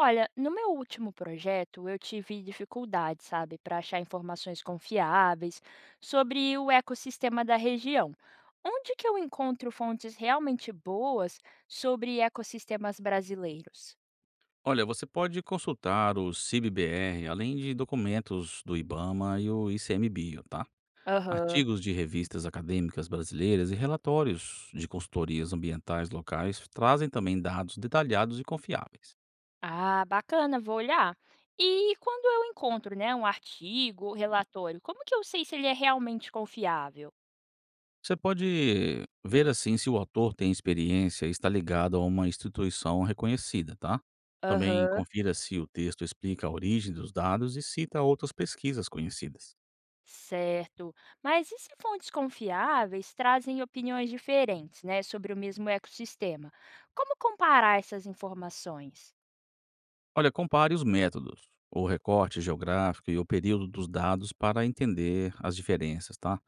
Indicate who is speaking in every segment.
Speaker 1: Olha, no meu último projeto, eu tive dificuldade, sabe, para achar informações confiáveis sobre o ecossistema da região. Onde que eu encontro fontes realmente boas sobre ecossistemas brasileiros?
Speaker 2: Olha, você pode consultar o CIBBR, além de documentos do IBAMA e o ICMBio, tá?
Speaker 1: Aham.
Speaker 2: Artigos de revistas acadêmicas brasileiras e relatórios de consultorias ambientais locais trazem também dados detalhados e confiáveis.
Speaker 1: Ah, bacana, vou olhar. E quando eu encontro, né, um artigo, um relatório, como que eu sei se ele é realmente confiável?
Speaker 2: Você pode ver assim se o autor tem experiência e está ligado a uma instituição reconhecida, tá? Também
Speaker 1: Aham.
Speaker 2: confira se o texto explica a origem dos dados e cita outras pesquisas conhecidas.
Speaker 1: Certo. Mas e se fontes confiáveis trazem opiniões diferentes, né, sobre o mesmo ecossistema? Como comparar essas informações?
Speaker 2: Olha, compare os métodos, o recorte geográfico e o período dos dados para entender as diferenças, tá?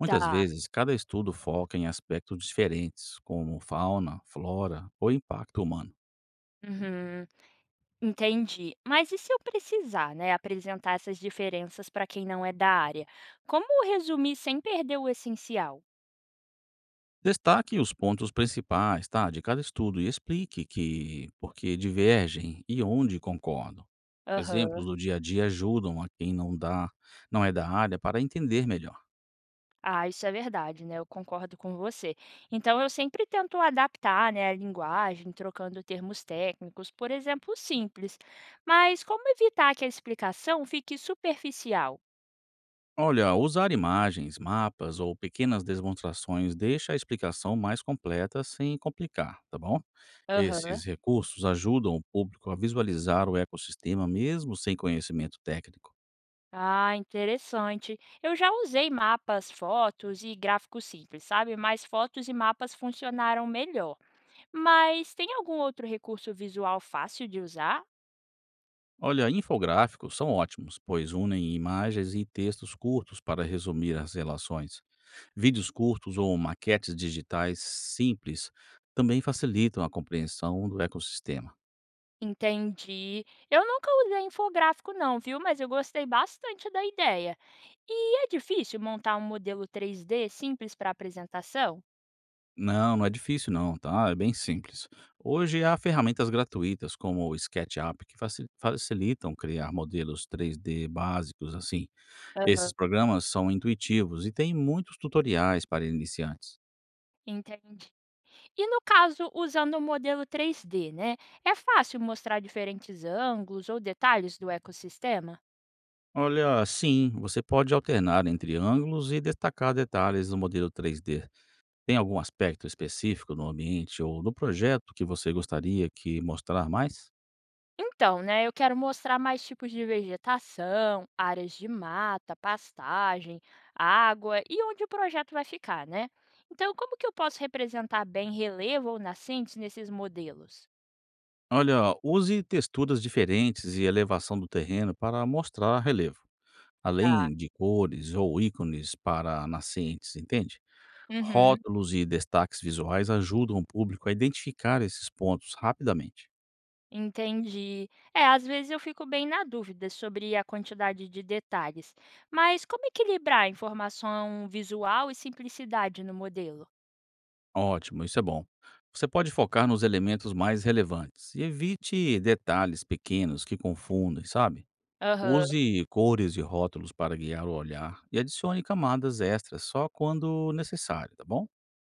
Speaker 2: Muitas
Speaker 1: Tá.
Speaker 2: vezes, cada estudo foca em aspectos diferentes, como fauna, flora ou impacto humano.
Speaker 1: Uhum, entendi. Mas e se eu precisar, né, apresentar essas diferenças para quem não é da área? Como resumir sem perder o essencial?
Speaker 2: Destaque os pontos principais, tá, de cada estudo e explique que por que divergem e onde concordam.
Speaker 1: Aham.
Speaker 2: Exemplos do dia a dia ajudam a quem não dá, não é da área para entender melhor.
Speaker 1: Ah, isso é verdade, né? Eu concordo com você. Então, eu sempre tento adaptar, né, a linguagem, trocando termos técnicos, por exemplo, simples. Mas como evitar que a explicação fique superficial?
Speaker 2: Olha, usar imagens, mapas ou pequenas demonstrações deixa a explicação mais completa sem complicar, tá bom?
Speaker 1: Aham.
Speaker 2: Esses recursos ajudam o público a visualizar o ecossistema mesmo sem conhecimento técnico.
Speaker 1: Ah, interessante. Eu já usei mapas, fotos e gráficos simples, sabe? Mas fotos e mapas funcionaram melhor. Mas tem algum outro recurso visual fácil de usar?
Speaker 2: Olha, infográficos são ótimos, pois unem imagens e textos curtos para resumir as relações. Vídeos curtos ou maquetes digitais simples também facilitam a compreensão do ecossistema.
Speaker 1: Entendi. Eu nunca usei infográfico não, viu, mas eu gostei bastante da ideia. E é difícil montar um modelo três d simples para apresentação?
Speaker 2: Não, não é difícil não, tá? É bem simples. Hoje há ferramentas gratuitas como o SketchUp que facilitam criar modelos três d básicos assim. Esses
Speaker 1: Aham.
Speaker 2: programas são intuitivos e têm muitos tutoriais para iniciantes.
Speaker 1: Entendi. E no caso, usando o modelo três d né? É fácil mostrar diferentes ângulos ou detalhes do ecossistema?
Speaker 2: Olha, sim, você pode alternar entre ângulos e destacar detalhes do modelo três d. Tem algum aspecto específico no ambiente ou no projeto que você gostaria que mostrar mais?
Speaker 1: Então, né, eu quero mostrar mais tipos de vegetação, áreas de mata, pastagem, água e onde o projeto vai ficar, né? Então, como que eu posso representar bem relevo ou nascentes nesses modelos?
Speaker 2: Olha, use texturas diferentes e elevação do terreno para mostrar relevo,
Speaker 1: Tá.
Speaker 2: além de cores ou ícones para nascentes, entende?
Speaker 1: Uhum,
Speaker 2: Rótulos e destaques visuais ajudam o público a identificar esses pontos rapidamente.
Speaker 1: entendi. É, às vezes eu fico bem na dúvida sobre a quantidade de detalhes, mas como equilibrar informação visual e simplicidade no modelo?
Speaker 2: Ótimo, isso é bom. Você pode focar nos elementos mais relevantes e evite detalhes pequenos que confundem, sabe?
Speaker 1: Aham.
Speaker 2: Use cores e rótulos para guiar o olhar e adicione camadas extras só quando necessário, tá bom?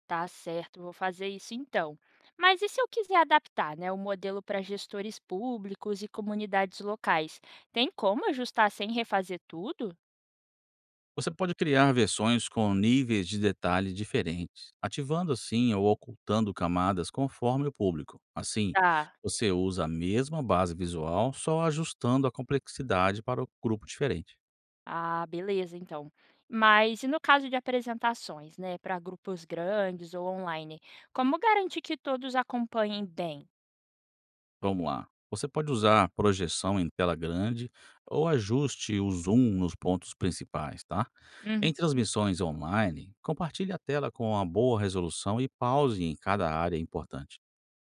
Speaker 1: Tá certo, vou fazer isso então. Mas e se eu quiser adaptar, né, o modelo para gestores públicos e comunidades locais? Tem como ajustar sem refazer tudo?
Speaker 2: Você pode criar versões com níveis de detalhe diferentes, ativando assim ou ocultando camadas conforme o público. Assim,
Speaker 1: Tá.
Speaker 2: você usa a mesma base visual, só ajustando a complexidade para o grupo diferente.
Speaker 1: Ah, beleza, então. Mas e no caso de apresentações, né, para grupos grandes ou online, como garantir que todos acompanhem bem?
Speaker 2: Vamos lá. Você pode usar projeção em tela grande ou ajuste o zoom nos pontos principais, tá?
Speaker 1: Uhum,
Speaker 2: Em transmissões online, compartilhe a tela com uma boa resolução e pause em cada área importante.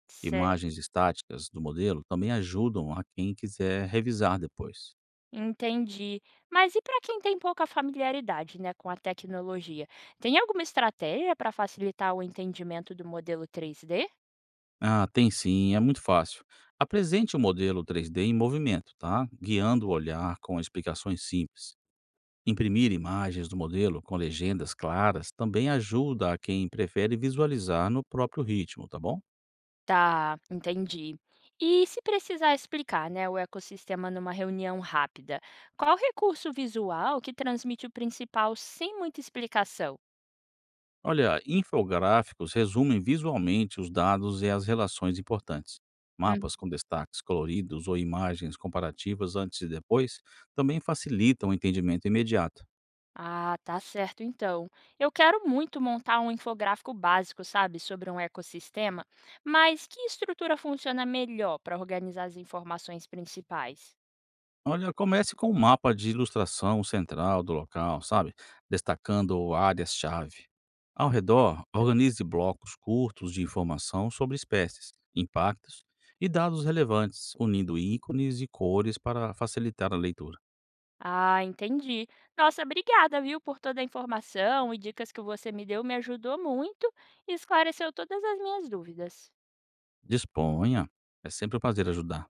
Speaker 1: certo.
Speaker 2: Imagens estáticas do modelo também ajudam a quem quiser revisar depois.
Speaker 1: Entendi. Mas e para quem tem pouca familiaridade, né, com a tecnologia? Tem alguma estratégia para facilitar o entendimento do modelo 3D?
Speaker 2: Ah, tem sim, é muito fácil. Apresente o modelo 3D em movimento, tá? Guiando o olhar com explicações simples. Imprimir imagens do modelo com legendas claras também ajuda a quem prefere visualizar no próprio ritmo, tá bom?
Speaker 1: Tá, entendi. E se precisar explicar, né, o ecossistema numa reunião rápida, qual recurso visual que transmite o principal sem muita explicação?
Speaker 2: Olha, infográficos resumem visualmente os dados e as relações importantes.
Speaker 1: Hum.
Speaker 2: Mapas com destaques coloridos ou imagens comparativas antes e depois também facilitam o entendimento imediato.
Speaker 1: Ah, tá certo então. Eu quero muito montar um infográfico básico, sabe, sobre um ecossistema, mas que estrutura funciona melhor para organizar as informações principais?
Speaker 2: Olha, comece com um mapa de ilustração central do local, sabe? Destacando áreas-chave. Ao redor, organize blocos curtos de informação sobre espécies, impactos e dados relevantes, unindo ícones e cores para facilitar a leitura.
Speaker 1: Ah, entendi. Nossa, obrigada, viu, por toda a informação e dicas que você me deu. Me ajudou muito e esclareceu todas as minhas dúvidas.
Speaker 2: Disponha, é sempre um prazer ajudar.